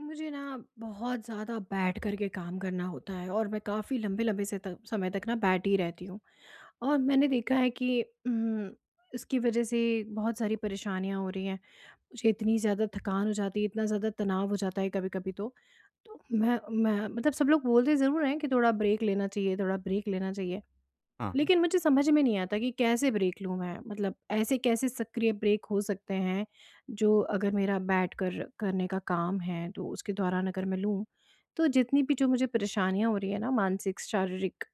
मुझे ना बहुत ज़्यादा बैठ कर के काम करना होता है और मैं काफ़ी लंबे लंबे से तक समय तक ना बैठ ही रहती हूँ। और मैंने देखा है कि इसकी वजह से बहुत सारी परेशानियाँ हो रही हैं। मुझे इतनी ज़्यादा थकान हो जाती है, इतना ज़्यादा तनाव हो जाता है कभी-कभी तो। तो मैं मतलब सब लोग बोलते ज़रूर हैं कि थोड़ा ब्रेक लेना चाहिए, थोड़ा ब्रेक लेना चाहिए। हाँ, हाँ। लेकिन मुझे समझ में नहीं आता कि कैसे ब्रेक लूँ मैं? मतलब ऐसे कैसे सक्रिय ब्रेक हो सकते हैं, जो अगर मेरा बैठकर करने का काम है, तो उसके दौरान अगर मैं लूँ, तो जितनी भी जो मुझे परेशानियाँ हो रही हैं ना मानसिक, शारीरिक,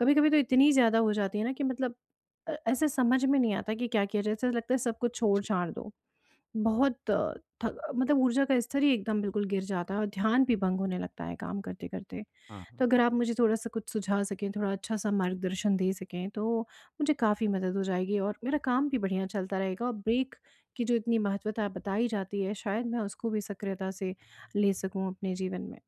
कभी-कभी तो इतनी ज़्यादा हो जाती है ना कि मतलब ऐसे समझ में नहीं आता कि क्या किया जाए? ऐसा लगता है सब कुछ जी, छोड़-छाड़ दो। बहुत अ, थक मतलब ऊर्जा का स्तर ही एकदम बिल्कुल गिर जाता है और ध्यान भी भंग होने लगता है काम करते-करते। हाँ, तो हाँ। अगर आप मुझे थोड़ा-सा कुछ सुझा सकें, थोड़ा अच्छा-सा मार्गदर्शन दे सकें, तो मुझे काफ़ी मदद हो जाएगी और मेरा काम भी बढ़िया चलता रहेगा और ब्रेक की जो इतनी महत्वता बताई जाती है, शायद मैं उसको भी सक्रियता से ले सकूँ अपने जीवन में।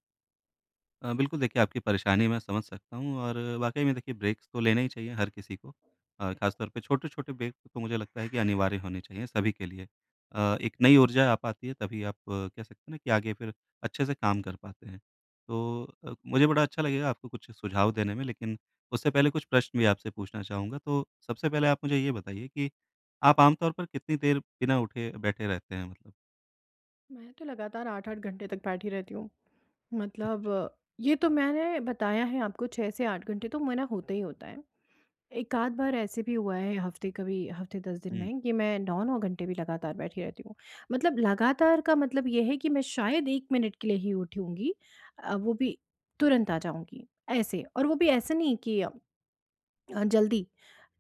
बिल्कुल देखिए आपकी परेशानी मैं समझ सकता हूँ और वाक़ई में देखिए ब्रेक्स तो लेने ही चाहिए हर किसी को। ख़ासतौर पे छोटे-छोटे ब्रेक तो मुझे लगता है कि अनिवार्य होने चाहिए सभी के लिए। एक नई ऊर्जा आ पाती है तभी आप कह सकते हैं ना कि आगे फिर अच्छे से काम कर पाते हैं। तो मुझे बड़ा अच्छा लगेगा आपको कुछ सुझाव देने में, लेकिन उससे पहले कुछ प्रश्न भी आपसे पूछना चाहूँगा। तो सबसे पहले आप मुझे ये बताइए कि आप आम तौर पर कितनी देर बिना उठे बैठे रहते हैं मतलब? मैं तो लगातार 8-8 घंटे तक बैठी रहती हूँ। मतलब अच्छा। ये तो मैंने बताया है आपको 6 से 8 घंटे तो मेरा होता ही होता है। एक आध बार ऐसे भी हुआ है हफ्ते कभी हफ्ते 10 दिन हुँ। में कि मैं 9-9 घंटे भी लगातार बैठी रहती हूँ। मतलब लगातार का मतलब ये है कि मैं शायद 1 मिनट के लिए ही उठी होंगी, वो भी तुरंत आ जाऊँगी, ऐसे। और वो भी ऐसे नहीं कि जल्दी।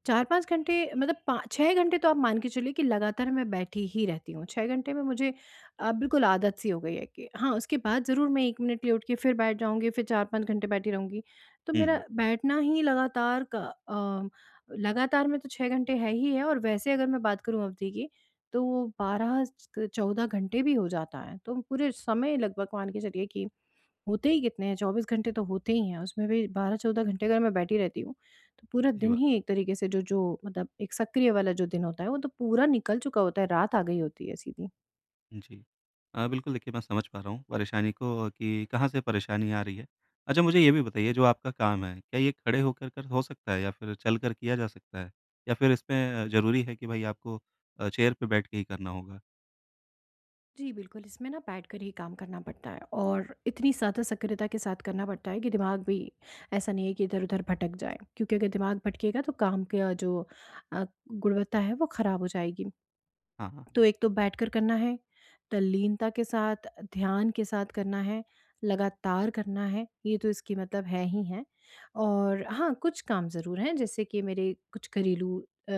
4-5 घंटे मतलब पा 6 घंटे तो आप मान के चलिए कि लगातार मैं बैठी ही रहती हूँ। 6 घंटे में मुझे बिल्कुल आदत सी हो गई है कि हाँ, उसके बाद ज़रूर मैं 1 मिनट लिए उठ के फिर बैठ जाऊँगी, फिर 4-5 घंटे बैठी रहूँगी। तो हुँ, मेरा हुँ। बैठना ही लगातार में तो 6 घंटे है ही है, और वैसे अगर मैं बात करूँ अवधि की, तो वो 12 स 14 घंटे भी हो जाता है। तो पूरे समय लगभग मान के चलिए कि होते ही कितने हैं, 24 घंटे तो होते ही हैं, उसमें भी 12-14 घंटे अगर मैं बैठी रहती हूँ, तो पूरा सही दिन बात ही है। एक तरीके से जो जो मतलब एक सक्रिय वाला जो दिन होता है, वो तो पूरा निकल चुका होता है, रात आ गई होती है सीधी। जी। बिल्कुल देखिए मैं समझ पा रहा हूँ परेशानी को कि कहाँ से परेशानी आ रही है। अच्छा, मुझे ये भी बताइए जो आपका काम है, क्या ये खड़े होकर कर हो सकता है या फिर चलकर किया जा सकता है? या फिर इसमें ज़रूरी है कि भाई आपको चेयर पे बैठ के ही करना होगा? जी, बिल्कुल, इसमें ना बैठकर ही काम करना पड़ता है और इतनी ज़्यादा सक्रियता के साथ करना पड़ता है कि दिमाग भी ऐसा नहीं है कि इधर-उधर भटक जाए, क्योंकि अगर दिमाग भटकेगा तो काम का जो अ, गुणवत्ता है वो ख़राब हो जाएगी। हाँ, हाँ। तो एक तो बैठकर करना है, तल्लीनता के साथ, ध्यान के साथ करना है, लगातार करना है, ये तो इसकी मतलब है ही है। और हाँ, कुछ काम ज़रूर हैं जैसे कि मेरे कुछ घरेलू अ,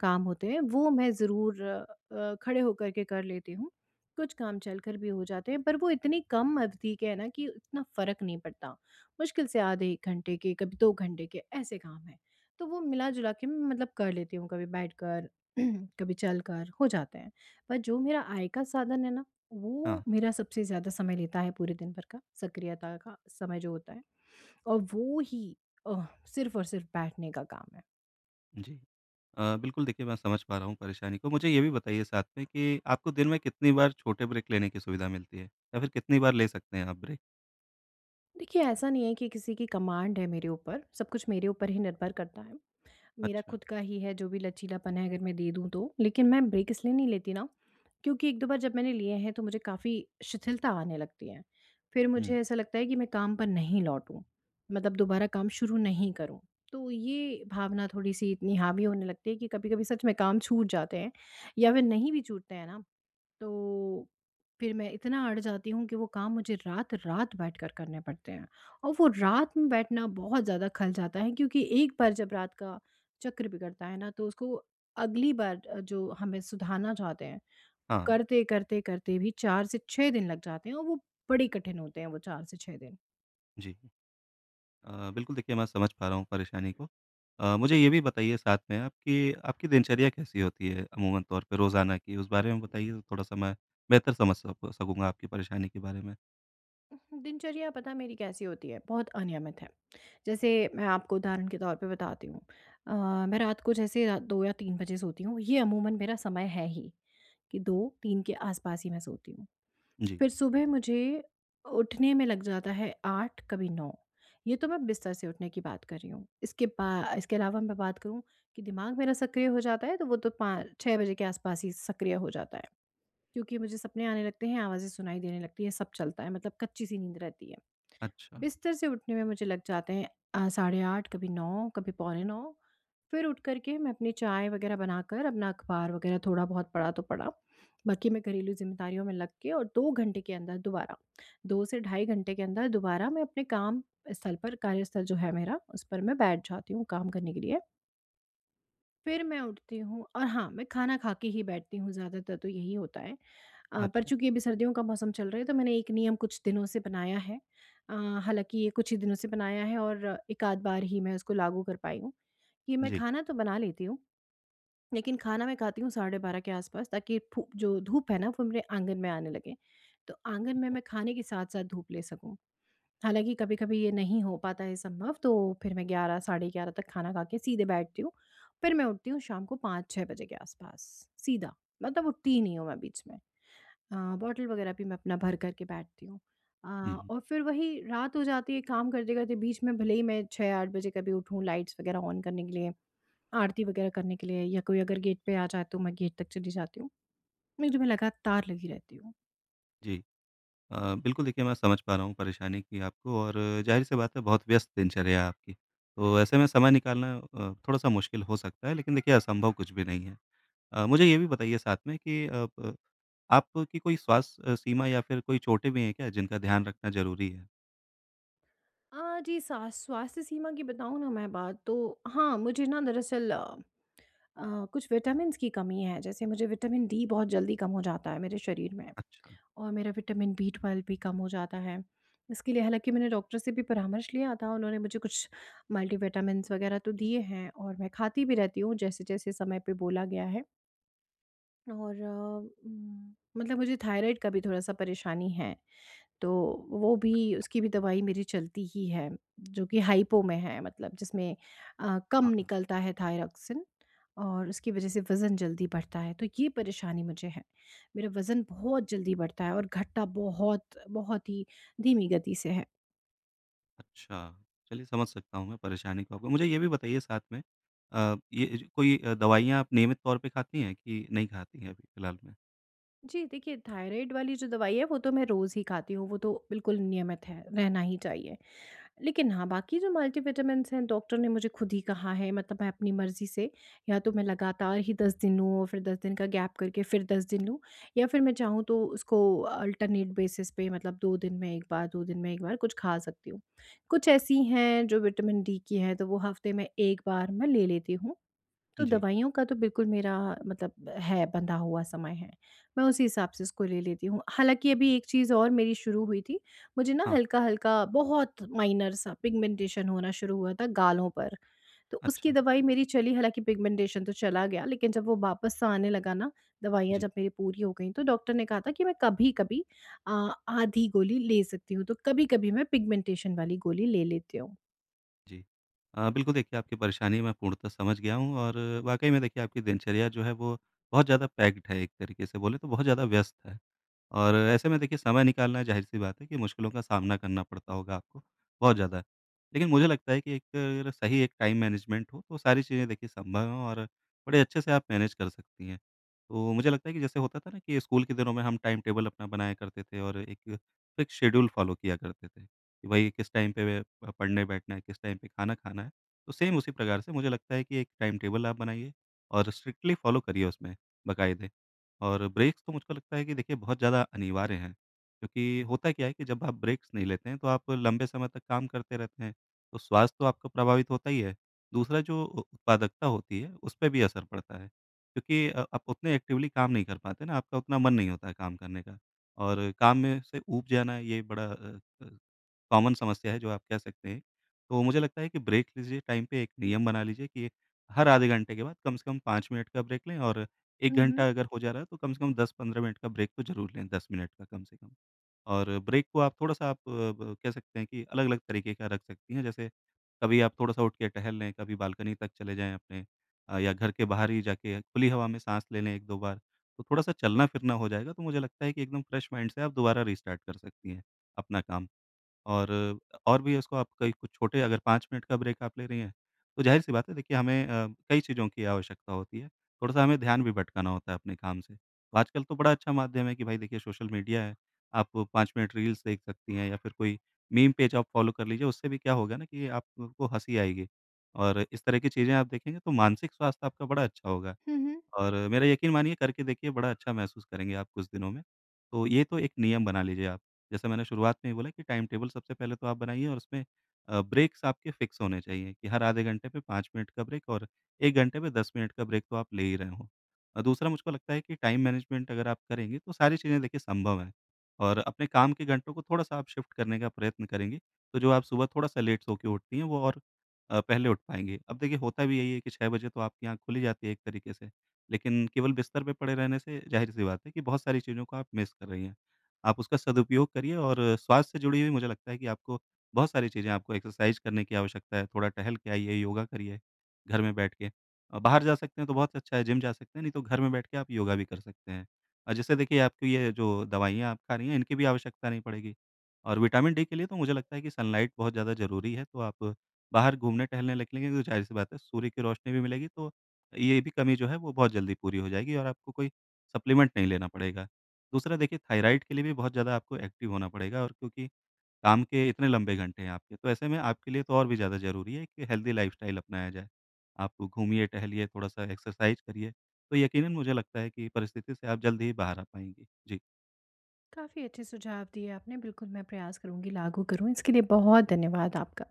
काम होते हैं वो मैं ज़रूर खड़े होकर के कर लेती हूँ। कुछ काम चलकर भी हो जाते हैं पर वो इतनी कम अवधि के हैं ना कि इतना फ़र्क नहीं पड़ता। मुश्किल से आधे 1 घंटे के, कभी 2 घंटे के ऐसे काम हैं। तो वो मिला-जुला के मैं मतलब कर लेती हूँ, कभी बैठकर कभी चलकर हो जाते हैं। पर जो मेरा आय का साधन है ना, हाँ, वो हाँ, मेरा सबसे ज़्यादा समय लेता है पूरे दिन भर का, सक्रियता का समय जो होता है, और वो ही अह, सिर्फ़ और सिर्फ़ बैठने का काम है। जी। बिल्कुल देखिए मैं समझ पा रहा हूँ परेशानी को। मुझे ये भी बताइए साथ में कि आपको दिन में कितनी बार छोटे ब्रेक लेने की सुविधा मिलती है? या फिर कितनी बार ले सकते हैं आप ब्रेक? देखिए, ऐसा नहीं है कि किसी की कमांड है मेरे ऊपर, सब कुछ मेरे ऊपर ही निर्भर करता है। मेरा अच्छा। खुद का ही है जो भी लचीलापन है अगर मैं दे दूँ तो, लेकिन मैं ब्रेक इसलिए नहीं लेती ना क्योंकि एक दो बार जब मैंने लिए हैं तो मुझे काफ़ी शिथिलता आने लगती है। फिर हुँ। मुझे ऐसा लगता है कि मैं काम पर नहीं लौटूँ, मतलब दोबारा काम शुरू नहीं करूँ। तो ये भावना थोड़ी-सी इतनी हावी होने लगती है कि कभी-कभी सच में काम छूट जाते हैं या फिर नहीं भी छूटते हैं ना, तो फिर मैं इतना अड़ जाती हूँ कि वो काम मुझे रात-रात बैठकर करने पड़ते हैं। और वो रात में बैठना बहुत ज़्यादा खल जाता है क्योंकि एक बार जब रात का चक्र बिगड़ता है ना, तो उसको अगली बार जो हमें सुधारना चाहते हैं हाँ, करते, करते, करते भी 4 से 6 दिन लग जाते हैं और वो बड़े कठिन होते हैं वो 4 से 6 दिन। जी। बिल्कुल देखिए मैं समझ पा रहा हूँ परेशानी को। मुझे ये भी बताइए साथ में आप कि आपकी दिनचर्या कैसी होती है अमूमन तौर पे रोज़ाना की? उस बारे में बताइए तो थोड़ा-सा मैं बेहतर समझ सकूँ सकूँगा आपकी परेशानी के बारे में। दिनचर्या पता है मेरी कैसी होती है, बहुत अनियमित है। जैसे मैं आपको उदाहरण के तौर पे बताती हूँ, अ, मैं रात को जैसे रा 2 या 3 बजे सोती हूँ, ये अमूमन मेरा समय है ही कि 2-3 के आस-पास ही मैं सोती हूँ। जी। फिर सुबह मुझे उठने में लग जाता है 8 कभी 9। ये तो मैं बिस्तर से उठने की बात कर रही हूँ। इसके अलावा मैं बात करूँ कि दिमाग मेरा सक्रिय हो जाता है तो वो तो पाँ 6 बजे के आसपास ही सक्रिय हो जाता है। क्योंकि मुझे सपने आने लगते हैं, आवाज़ें सुनाई देने लगती हैं, सब चलता है मतलब कच्ची-सी नींद रहती है। अच्छा, बिस्तर से उठने में मुझे लग जाते हैं साढ़े 8 कभी 9 कभी पौने 9। फिर उठ कर के मैं अपनी चाय वगैरह बनाकर अपना अखबार वगैरह थोड़ा बहुत पढ़ा तो पढ़ा, बाकी मैं घरेलू जिम्मेदारियों में लग के और 2 घंटे के अंदर दोबारा दो से ढाई घंटे के अंदर दोबारा मैं अपने काम स्थल पर कार्यस्थल जो है मेरा उस पर मैं बैठ जाती हूँ काम करने के लिए। फिर मैं उठती हूँ और हाँ, मैं खाना खा के ही बैठती हूँ, ज़्यादातर तो यही होता है। पर अच्छा। चूँकि अभी सर्दियों का मौसम चल रहा है तो मैंने एक नियम कुछ दिनों से बनाया है। अ, हालाँकि ये कुछ ही दिनों से बनाया है और एक आध बार ही मैं उसको लागू कर पाई हूँ, कि मैं जी। खाना तो बना लेती हूँ, लेकिन खाना मैं खाती हूँ 12:30 के आस-पास ताकि फू जो धूप है ना वो मेरे आँगन में आने लगे। तो आँगन में मैं खाने के साथ-साथ धूप ले सकूँ। हालाँकि कभी-कभी ये नहीं हो पाता है संभव, तो फिर मैं 11 साढ़े 11 तक खाना खा के सीधे बैठती हूँ। फिर मैं उठती हूँ शाम को 5-6 बजे के आस-पास, सीधा। मतलब उठती ही नहीं हूँ मैं बीच में। बॉटल वग़ैरह भी मैं अपना भर कर के बैठती हूँ। अ, हुँ, हुँ। और फिर वही रात हो जाती है काम करते-करते, बीच में भले ही मैं 6-8 बजे कभी उठूँ लाइट्स वग़ैरह ऑन करने के लिए, आरती वग़ैरह करने के लिए, या कोई अगर गेट पे आ जाए तो मैं गेट तक चली जाती हूँ। नहीं तो मैं लगातार लगी रहती हूँ। जी। बिल्कुल देखिए मैं समझ पा रहा हूँ परेशानी की आपको, और ज़ाहिर-सी बात है बहुत व्यस्त दिनचर्या है आपकी। तो ऐसे में समय निकालना थोड़ा-सा मुश्किल हो सकता है, लेकिन देखिए असंभव कुछ भी नहीं है। मुझे ये भी बताइए साथ में कि अ, ब आपकी कोई स्वास्थ्य सीमा या फिर कोई चोटें भी हैं क्या जिनका ध्यान रखना ज़रूरी है? जी, सा स्वास्थ्य सीमा की बताऊँ ना मैं बात तो, हाँ, मुझे ना दरअसल कुछ विटामिन्स की कमी है, जैसे मुझे विटामिन डी बहुत जल्दी कम हो जाता है मेरे शरीर में। अच्छा, और मेरा विटामिन बी ट्वेल्व भी कम हो जाता है। इसके लिए हालांकि मैंने डॉक्टर से भी परामर्श लिया था, उन्होंने मुझे कुछ मल्टीविटामिन्स वगैरह तो दिए हैं और मैं खाती भी रहती हूँ जैसे जैसे समय पे बोला गया है। और मतलब मुझे थायराइड का भी थोड़ा सा परेशानी है, तो वो भी उसकी भी दवाई मेरी चलती ही है, जो कि हाइपो में है मतलब जिसमें कम हाँ, हाँ। निकलता है थायरॉक्सिन। और उसकी वज़ह से वज़न जल्दी बढ़ता है, तो ये परेशानी मुझे है। मेरा वज़न बहुत जल्दी बढ़ता है और घटता बहुत, बहुत ही धीमी गति से है। अच्छा, चलिए समझ सकता हूँ मैं परेशानी को आपको। मुझे ये भी बताइए साथ में ये ज कोई दवाइयाँ आप नियमित तौर पे खाती हैं कि नहीं खाती हैं अभी फ़िलहाल में? जी, देखिए थायराइड वाली जो दवाई है वो तो मैं रोज़ ही खाती हूँ, वो तो बिल्कुल नियमित है, रहना ही चाहिए। लेकिन हाँ, बाकी जो मल्टीविटामिन्स हैं, डॉक्टर ने मुझे खुद ही कहा है मतलब मैं अपनी मर्ज़ी से या तो मैं लगातार ही 10 दिन लूँ और फिर 10 दिन का गैप करके फिर 10 दिन लूँ, या फिर मैं चाहूँ तो उसको अल्टरनेट बेसिस पे मतलब 2 दिन में 1 बार, 2 दिन में 1 बार कुछ खा सकती हूँ। कुछ ऐसी हैं जो विटामिन डी की हैं, तो वो हफ़्ते में 1 बार मैं ले लेती हूँ। तो जी, दवाइयों का तो बिल्कुल मेरा मतलब है बंधा हुआ समय है। मैं उसी हिसाब से उसको ले लेती हूँ। हालाँकि अभी एक चीज़ और मेरी शुरू हुई थी। मुझे ना हाँ, हल्का-हल्का बहुत माइनर सा पिगमेंटेशन होना शुरू हुआ था गालों पर। तो उसकी अच्छा। दवाई मेरी चली, हालाँकि पिगमेंटेशन तो चला गया लेकिन जब वो वापस से आने लगा ना, दवाइयाँ जी। जब मेरी पूरी हो गई तो डॉक्टर ने कहा था कि मैं कभी-कभी अ, आधी गोली ले सकती हूँ। तो कभी-कभी मैं पिगमेंटेशन वाली गोली ले लेती हूँ। जी। बिल्कुल देखिए आपकी परेशानी मैं पूर्णतः समझ गया हूँ और वाक़ई में देखिए आपकी दिनचर्या जो है वो बहुत ज़्यादा पैक्ड है, एक तरीके से बोले तो बहुत ज़्यादा व्यस्त है। और ऐसे में देखिए समय निकालना ज़ाहिर-सी बात है कि मुश्किलों का सामना करना पड़ता होगा आपको बहुत ज़्यादा। लेकिन मुझे लगता है कि एक अगर सही एक टाइम मैनेजमेंट हो तो सारी चीज़ें देखिए संभव हैं और बड़े अच्छे से आप मैनेज कर सकती हैं। तो मुझे लगता है कि जैसे होता था ना कि स्कूल के दिनों में हम टाइम टेबल अपना बनाया करते थे और एक फ़िक्स शेड्यूल फ़ॉलो किया करते थे। कि भाई किस टाइम पे वे पढ़ने बैठना है, किस टाइम पे खाना खाना है। तो सेम उसी प्रकार से मुझे लगता है कि एक टाइम टेबल आप बनाइए और स्ट्रिक्टली फ़ॉलो करिए उसमें बाकायदे। और ब्रेक्स तो मुझको लगता है कि देखिए बहुत ज़्यादा अनिवार्य हैं, क्योंकि होता क्या है कि जब आप ब्रेक्स नहीं लेते हैं तो आप लंबे समय तक काम करते रहते हैं, तो स्वास्थ्य तो आपका प्रभावित होता ही है। दूसरा जो उ उत्पादकता होती है, उसपे भी असर पड़ता है, क्योंकि आप उतने एक्टिवली काम नहीं कर पाते ना, आपका उतना मन नहीं होता है काम करने का। और काम में से ऊब जाना ये बड़ा अ, कॉमन समस्या है जो आप कह सकते हैं। तो मुझे लगता है कि ब्रेक लीजिए टाइम पे, एक नियम बना लीजिए कि हर आधे घंटे के बाद कम से कम 5 मिनट का ब्रेक लें, और 1 हुँ, हुँ। घंटा अगर हो जा रहा है तो कम से कम 10-15 मिनट का ब्रेक तो ज़रूर लें, 10 मिनट का कम से कम। और ब्रेक को आप थोड़ा-सा आप अ, ब कह सकते हैं कि अलग-अलग तरीके का रख सकती हैं। जैसे कभी आप थोड़ा-सा उठ के टहल लें, कभी बालकनी तक चले जाएँ अपने, या घर के बाहर ही जाके खुली हवा में साँस ले लें 1-2 बार। तो थोड़ा-सा चलना-फिरना हो जाएगा तो मुझे लगता है कि एकदम फ्रेश माइंड से आप दोबारा रीस्टार्ट कर सकती हैं अपना काम। और और भी उसको आप कई कुछ छोटे, अगर 5 मिनट का ब्रेक आप ले रही हैं, तो ज़ाहिर-सी बात है देखिए हमें कई चीज़ों की आवश्यकता होती है, थोड़ा-सा हमें ध्यान भी भटकाना होता है अपने काम से। तो आजकल तो बड़ा अच्छा माध्यम है कि भाई देखिए सोशल मीडिया है, आप 5 मिनट रील्स देख सकती हैं या फिर कोई मीम पेज आप फॉलो कर लीजिए, उससे भी क्या होगा ना कि आपको हँसी आएगी और इस तरह की चीज़ें आप देखेंगे तो मानसिक स्वास्थ्य आपका बड़ा अच्छा होगा। हुँ, हुँ। और मेरा यकीन मानिए, करके देखिए, बड़ा अच्छा महसूस करेंगे आप कुछ दिनों में। तो ये तो एक नियम बना लीजिए आप। जैसे मैंने शुरुआत में ही बोला कि टाइम टेबल सबसे पहले तो आप बनाइए और उसमें ब्रेक्स आपके फिक्स होने चाहिए कि हर आधे घंटे पे 5 मिनट का ब्रेक और 1 घंटे पे 10 मिनट का ब्रेक तो आप ले ही रहे हो। दूसरा मुझको लगता है कि टाइम मैनेजमेंट अगर आप करेंगे तो सारी चीज़ें देखिए संभव हैं, और अपने काम के घंटों को थोड़ा-सा आप शिफ्ट करने का प्रयत्न करेंगे, तो जो आप सुबह थोड़ा-सा लेट सो के उठती हैं वो, और पहले उठ पाएँगे। अब देखिए होता भी यही है कि 6 बजे तो आपकी आँख खुली जाती है एक तरीके से। लेकिन केवल बिस्तर पे पड़े रहने से ज़ाहिर-सी बात है कि बहुत सारी चीज़ों को आप मिस कर रही हैं। आप उसका सदुपयोग करिए, और स्वास्थ्य से जुड़ी हुई मुझे लगता है कि आपको बहुत सारी चीज़ें, आपको एक्सरसाइज़ करने की आवश्यकता है, थोड़ा टहल के आइए, योगा करिए घर में बैठ के। बाहर जा सकते हैं तो बहुत अच्छा है, जिम जा सकते हैं, नहीं तो घर में बैठ के आप योगा भी कर सकते हैं। जैसे देखिए आपको ये जो दवाइयाँ आप खा रही हैं, इनकी भी आवश्यकता नहीं पड़ेगी। और विटामिन डी के लिए तो मुझे लगता है कि सनलाइट बहुत ज़्यादा ज़रूरी है, तो आप बाहर घूमने-टहलने निकलेंगे तो ज़ाहिर-सी बात है सूर्य की रोशनी भी मिलेगी, तो ये भी कमी जो है वो बहुत जल्दी पूरी हो जाएगी और आपको कोई सप्लीमेंट नहीं लेना पड़ेगा। दूसरा देखिए थायराइड के लिए भी बहुत ज़्यादा आपको एक्टिव होना पड़ेगा, और क्योंकि काम के इतने लंबे घंटे हैं आपके, तो ऐसे में आपके लिए तो और भी ज़्यादा ज़रूरी है कि हेल्दी लाइफ़स्टाइल अपनाया जाए। आप घूमिए, टहलिए, थोड़ा-सा एक्सरसाइज करिए, तो यकीनन मुझे लगता है कि परिस्थिति से आप जल्द ही बाहर आ पाएँगे। जी, काफ़ी अच्छे सुझाव दिए आपने। बिल्कुल मैं प्रयास करूँगी लागू करूँ। इसके लिए बहुत धन्यवाद आपका।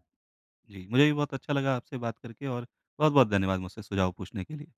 जी, मुझे भी बहुत अच्छा लगा आपसे बात करके और बहुत-बहुत धन्यवाद मुझसे सुझाव पूछने के लिए।